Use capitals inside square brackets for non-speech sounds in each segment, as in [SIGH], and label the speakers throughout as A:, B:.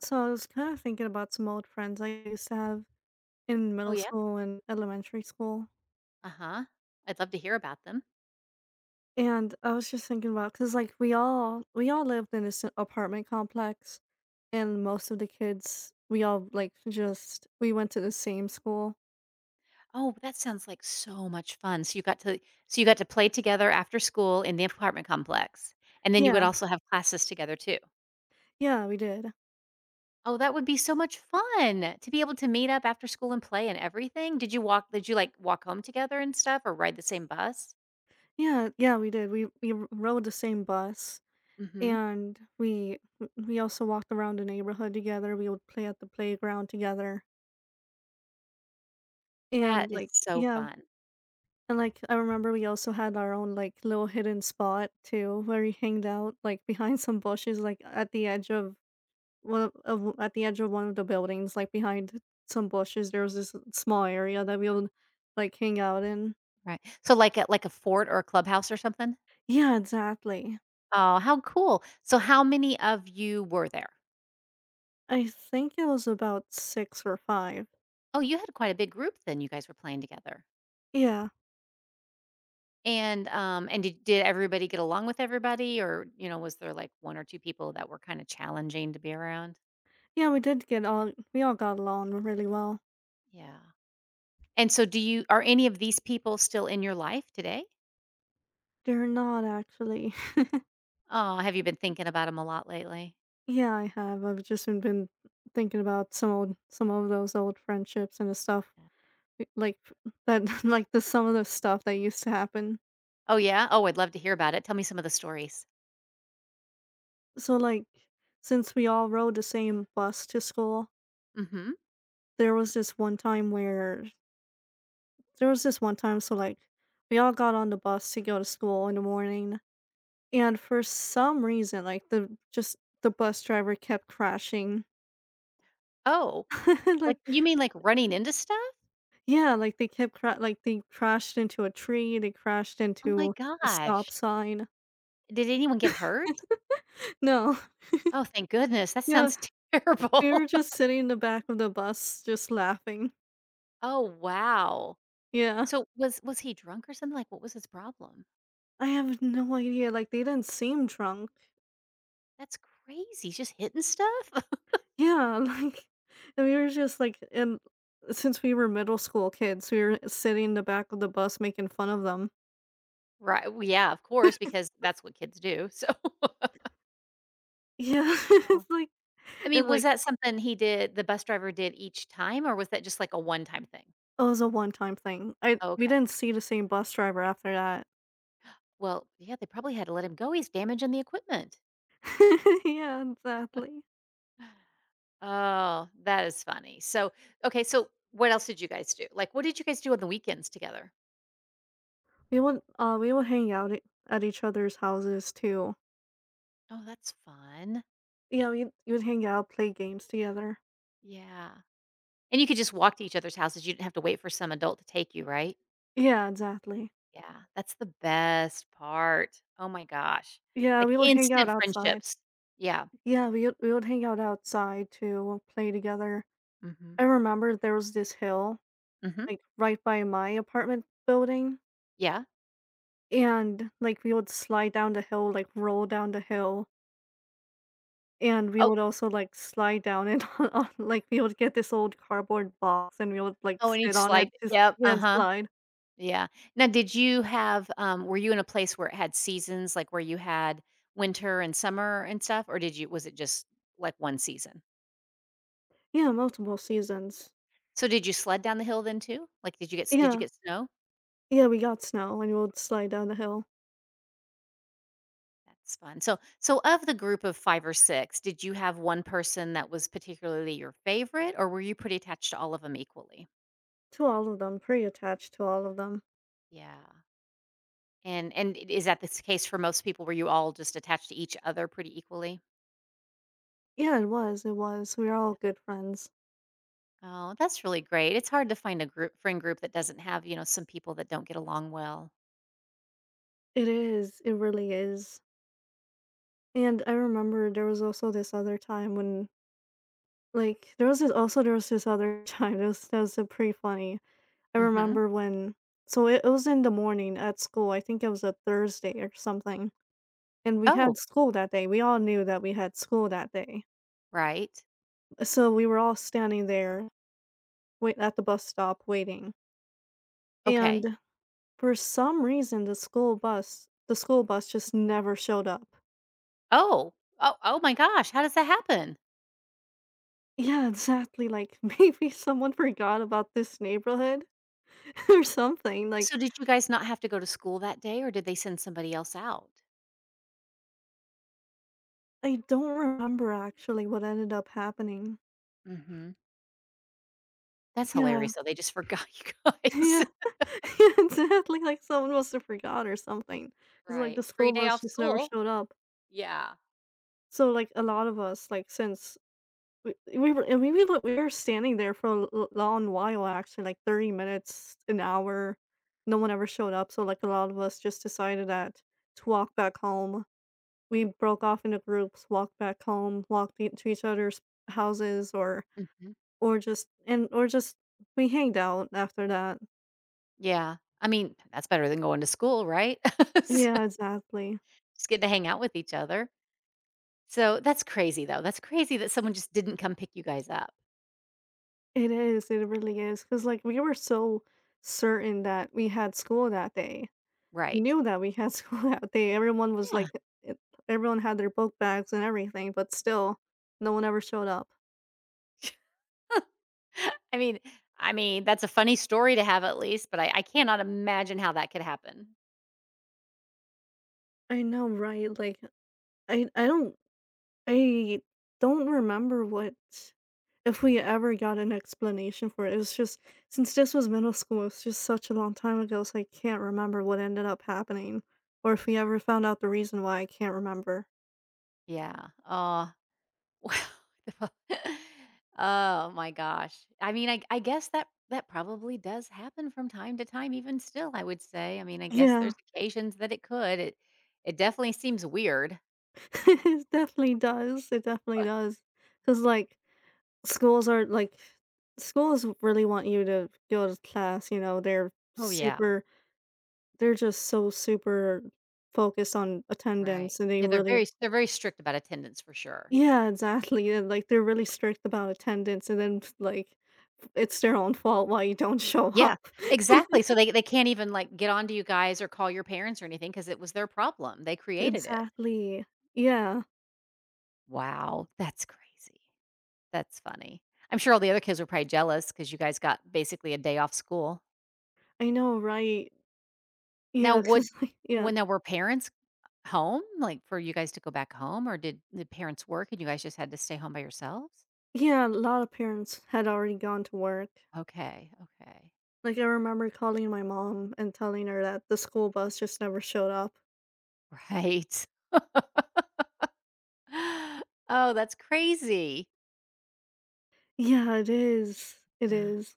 A: So I was kind of thinking about some old friends I used to have in
B: Oh,
A: middle
B: yeah?
A: school and elementary school,
B: Uh-huh. I'd love to hear about them.
A: and I was just thinking about because like we all lived in this apartment complex, and most of the kids we all like just we went to the same school.
B: Oh, that sounds like so much fun. So you got to play together after school in the apartment complex, and then you would
A: Yeah,
B: also have classes together too.
A: yeah, we did.
B: Oh, that would be so much fun to be able to meet up after school and play and everything. Did you, like, walk home together and stuff or ride the same bus?
A: Yeah, yeah, we did. We rode the same bus,
B: Mhm.
A: and we also walked around the neighborhood together. We would play at the playground together,
B: That
A: and
B: is
A: like
B: so
A: yeah
B: fun.
A: And like, I remember we also had our own like little hidden spot too where we hanged out like [LAUGHS] behind some bushes like at the edge of one of at the edge of one of the buildings like behind some bushes there was this small area that we would like hang out in.
B: Right. So like a fort or a clubhouse or something?
A: Yeah, exactly.
B: Oh, how cool. So how many of you were there?
A: I think it was about six or five.
B: Oh, you had quite a big group then you guys were playing together.
A: Yeah.
B: And did everybody get along with everybody, or, was there, like, one or two people that were kinda challenging to be around?
A: Yeah, we all got along really well.
B: Yeah. And so do you are any of these people still in your life today?
A: They're not actually. [LAUGHS]
B: Oh, have you been thinking about them a lot lately?
A: Yeah, I have. I've just been thinking about some of those old friendships and the stuff.
B: Yeah.
A: Like, that [LAUGHS] like, the some of the stuff that used to happen.
B: Oh, yeah? Oh, I'd love to hear about it. Tell me some of the stories.
A: So, like, since we all rode the same bus to school,
B: Mhm.
A: there was this one time where there was this one time, so, like, we all got on the bus to go to school in the morning, and for some reason, like, the bus driver kept crashing.
B: Oh,
A: [LAUGHS]
B: like,
A: Like,
B: you mean, like, running into stuff?
A: yeah, like, they kept cra like, they crashed into a tree, they crashed
B: Oh my
A: into a stop
B: gosh.
A: sign.
B: Did anyone get hurt?
A: [LAUGHS] No.
B: Oh, thank goodness. That
A: Yeah,
B: sounds [LAUGHS]
A: we were
B: terrible. [LAUGHS]
A: just sitting in the back of the bus just laughing.
B: Oh, wow.
A: Yeah.
B: So was he drunk or something? Like, what was his problem?
A: I have no idea, like, they didn't seem drunk.
B: That's crazy, just hitting stuff? [LAUGHS]
A: Yeah, [LAUGHS] like, and since we were middle school kids, we were sitting in the back of the bus making fun of them.
B: Right. Well, yeah, of course, because that's what kids do, so [LAUGHS]
A: Yeah, [LAUGHS]
B: Aw.
A: it's like
B: I mean,
A: and,
B: was
A: like,
B: that something he did the bus driver did each time, or was that just, like, a one-time thing?
A: oh, it was a one-time thing. I we
B: Okay.
A: didn't see the same bus driver after that.
B: Well, yeah, they probably had to let him go, he's damaging the equipment. [SIGHS]
A: [LAUGHS] Yeah, exactly.
B: Oh, that is funny. Okay, so what else did you guys do? Like, what did you guys do on the weekends together?
A: We would hang out at each other's houses too.
B: Oh, that's fun.
A: Yeah, we would hang out, play games together.
B: Yeah. And you could just walk to each other's houses, you didn't have to wait for some adult to take you, right?
A: Yeah, exactly.
B: Yeah, that's the best part. Oh my gosh.
A: Yeah,
B: Like
A: we would hang out
B: instant
A: outside.
B: friendships. Yeah.
A: Yeah, we would hang out outside to play together.
B: Mhm.
A: I remember there was this hill,
B: Mhm.
A: like right by my apartment building,
B: Yeah.
A: and like we would slide down the hill, like roll down the hill, and we
B: Oh
A: would also like slide down it [LAUGHS] on like we would get this old cardboard box and we would like
B: oh, and each
A: sit on
B: slide.
A: it
B: [LAUGHS]
A: just
B: Yep,
A: yeah and
B: uh-huh.
A: slide.
B: Yeah. Now were you in a place where it had seasons, like where you had winter and summer and stuff, or did you was it just like one season?
A: Yeah, multiple seasons.
B: So did you sled down the hill then too? Like did you get did you
A: Yeah.
B: get snow?
A: Yeah, we got snow and we would slide down the hill.
B: That's fun. So of the group of five or six, did you have one person that was particularly your favorite, or were you pretty attached to all of them equally?
A: To all of them, pretty attached to all of them.
B: Yeah. And I is that the case for most people? Were you all just attached to each other pretty equally?
A: Yeah, it was, it was. We were all
B: Yeah.
A: good friends.
B: Oh, that's really great. It's hard to find a group friend group that doesn't have, some people that don't get along well.
A: It is, it really is, and I remember there was also this other time when like, there was this other [LAUGHS] time that was pretty funny. I
B: Mhm.
A: remember when So it was in the morning at school, I think it was a Thursday or something, and we
B: Oh,
A: had school that day, we all knew that we had school that day.
B: right.
A: So we were all standing there wait at the bus stop waiting,
B: Okay.
A: and for some reason, the school bus just never showed up.
B: Oh. Oh, my gosh, how does that happen?
A: Yeah, exactly, like, [LAUGHS] maybe someone forgot about this neighborhood [LAUGHS] or something, like,
B: So did you guys not have to go to school that day, or did they send somebody else out?
A: I don't remember actually what ended up happening.
B: Mhm. That's
A: Yeah.
B: hilarious. So
A: [LAUGHS]
B: they just forgot you guys.
A: Yeah.
B: [LAUGHS]
A: [LAUGHS] Yeah, exactly, like, someone must have forgot or something. It's like
B: Right.
A: the
B: Free
A: school
B: day
A: bus
B: off
A: just never
B: school.
A: showed up.
B: Yeah.
A: So, like, a lot of us, like, since we were and we were like, we were standing there for a l l long while actually, like, 30 minutes, an hour, no one ever showed up, so, like, a lot of us just decided that to walk back home. We broke off into groups, walked back home, walked e to each other's houses or
B: Mhm.
A: or just and or just we hanged out after that.
B: Yeah. I mean, that's better than going to school, right? [LAUGHS] Just
A: Yeah, exactly.
B: getting to hang out with each other. So that's crazy, though. That's crazy that someone just didn't come pick you guys up.
A: It is, it really is. Cause like, we were so certain that we had school that day. We
B: Right.
A: knew that we had [LAUGHS] school that day. Everyone was
B: Yeah.
A: like e everyone had their book bags and everything, but still, no one ever showed up.
B: [LAUGHS] I mean, I mean, that's a funny story to have at least, but I cannot imagine how that could happen.
A: I know, right? Like, I I don't I don't remember what if we ever got an explanation for it. It was just since this was middle school, it's just such a long time ago, so I can't remember what ended up happening or if we ever found out the reason why, I can't remember.
B: Yeah. Oh, [LAUGHS] oh my gosh. I mean, I guess that that probably does happen from time to time, even still, I would say. I mean, I guess
A: Yeah.
B: there's occasions that it could. It definitely seems weird.
A: [LAUGHS] It definitely does, because like, schools are like schools really want you to go to class, you know, they're
B: Oh, yeah.
A: super they're just so super focused on
B: Right.
A: attendance, and they
B: Yeah, they're
A: really
B: very they're very strict about attendance for sure.
A: Yeah, exactly, and, like, they're really strict about attendance, and then, like, it's their own fault why you don't show
B: Yeah,
A: up. [LAUGHS]
B: exactly. So they can't even, like, get on to you guys or call your parents or anything because it was their problem. They created it.
A: Exactly. Yeah,
B: Wow, that's crazy. That's funny. I'm sure all the other kids were probably jealous because you guys got basically a day off school.
A: I know, right?
B: Now
A: Yeah,
B: would
A: 'cause, like yeah.
B: when there were parents home, like, for you guys to go back home, or did the parents work and you guys just had to stay home by yourselves?
A: Yeah, a lot of parents had already gone to work.
B: Okay, okay.
A: Like, I remember calling my mom and telling her that the school bus just never showed up.
B: Right. [LAUGHS] Oh, that's crazy.
A: Yeah, it is. It
B: Yeah.
A: is.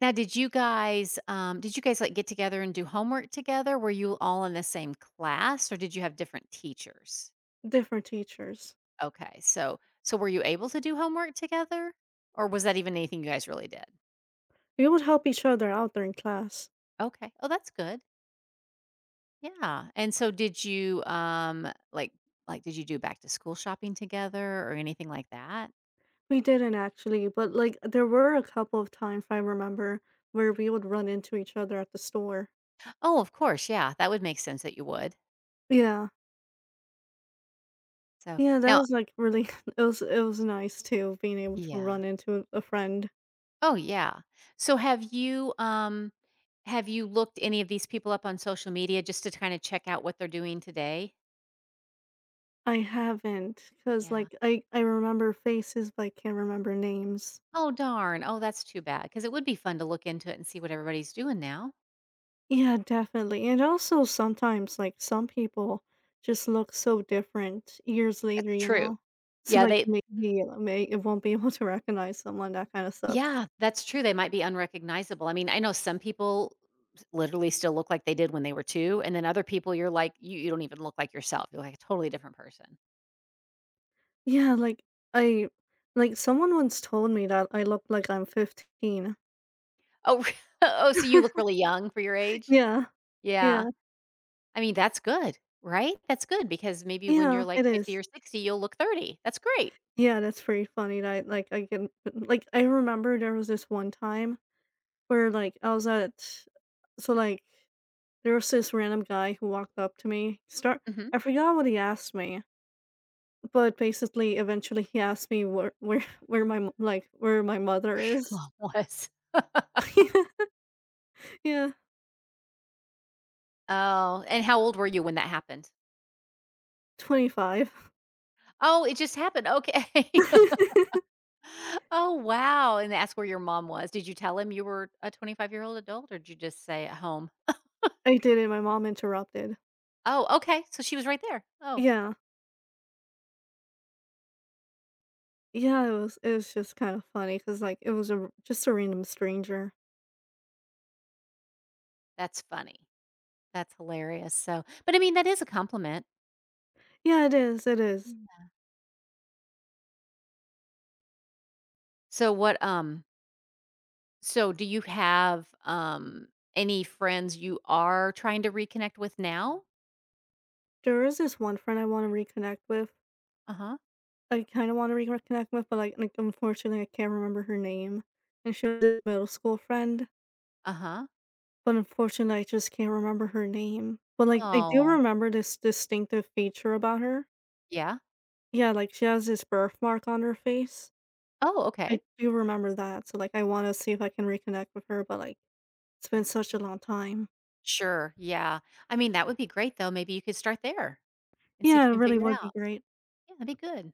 B: Now, did you guys like get together and do homework together? Were you all in the same class, or did you have different teachers?
A: Different teachers.
B: Okay, so were you able to do homework together, or was that even anything you guys really did?
A: We would help each other out during class.
B: Okay, oh, that's good. Yeah. And so, did you do back to school shopping together or anything like that?
A: We didn't actually, but, like, there were a couple of times I remember where we would run into each other at the store.
B: Oh, of course. Yeah, that would make sense that you would.
A: Yeah.
B: So
A: Yeah, that
B: now,
A: was, like, really [LAUGHS] it was nice too being able to
B: yeah.
A: run into a friend.
B: Oh, yeah. So have you looked any of these people up on social media just to kind of check out what they're doing today?
A: I haven't not cause
B: Yeah.
A: like, I remember faces, but I can't remember names.
B: Oh, darn. Oh, that's too bad because it would be fun to look into it and see what everybody's doing now.
A: Yeah, definitely, and also sometimes, like, some people just look so different years later,
B: That's
A: you
B: true.
A: know? So,
B: Yeah,
A: like,
B: they
A: maybe, may it won't be able to recognize someone, that kinda sucks.
B: yeah, that's true. They might be unrecognizable. I mean, I know some people literally still look like they did when they were two, and then other people you're like you don't even look like yourself. You're like a totally different person.
A: Yeah, like, I like, someone once told me that I look like I'm 15. [LAUGHS]
B: Oh, [LAUGHS] oh, so you look really young for your age?
A: Yeah,
B: Yeah.
A: yeah,
B: I mean, that's good, right? That's good because maybe when
A: yeah,
B: you're like
A: it
B: 50
A: is.
B: or 60, you'll look 30. That's great.
A: Yeah, that's pretty funny that, like, I remember there was this one time where, like, I was at so, like, there was this random guy who walked up to me, start
B: Mhm.
A: I forgot what he asked me, but basically, eventually, he asked me where [LAUGHS] where my
B: [LAUGHS]
A: mother
B: Where your
A: is.
B: mom [LAUGHS] was.
A: [LAUGHS] Yeah,
B: Oh, and how old were you when that happened?
A: 25.
B: Oh, it just happened. Okay. [LAUGHS]
A: [LAUGHS]
B: Oh, wow. And that's where your mom was. Did you tell him you were a 25-year-old adult or did you just say at home?
A: I did it, my mom interrupted.
B: Oh, okay. So she was right there. Oh,
A: Yeah. Yeah, it was just kind of funny, cause like, it was a r just a random stranger.
B: that's funny. That's hilarious. So, but I mean, that is a compliment.
A: Yeah, it is, it is.
B: Yeah. So, what, um, So, do you have, any friends you are trying to reconnect with now?
A: There is this one friend I wanna reconnect with.
B: Uh-huh,
A: I kinda wanna reconnect with, but, like, unfortunately, I can't remember her name, and she was a middle school friend,
B: uh-huh.
A: but unfortunately, I just can't remember her name. But, like, I do
B: Oh,
A: remember this distinctive feature about her.
B: yeah.
A: Yeah, like, she has this birthmark on her face.
B: Oh,
A: I
B: okay.
A: do remember that, so, like, I wanna see if I can reconnect with her, but, like, it's
B: Yeah.
A: been such a long time.
B: Sure, yeah. I mean, that would be great, though. Maybe you could start there and see if
A: Yeah,
B: you
A: it
B: can
A: really
B: figure it
A: would be
B: out.
A: great.
B: Yeah, that'd be good.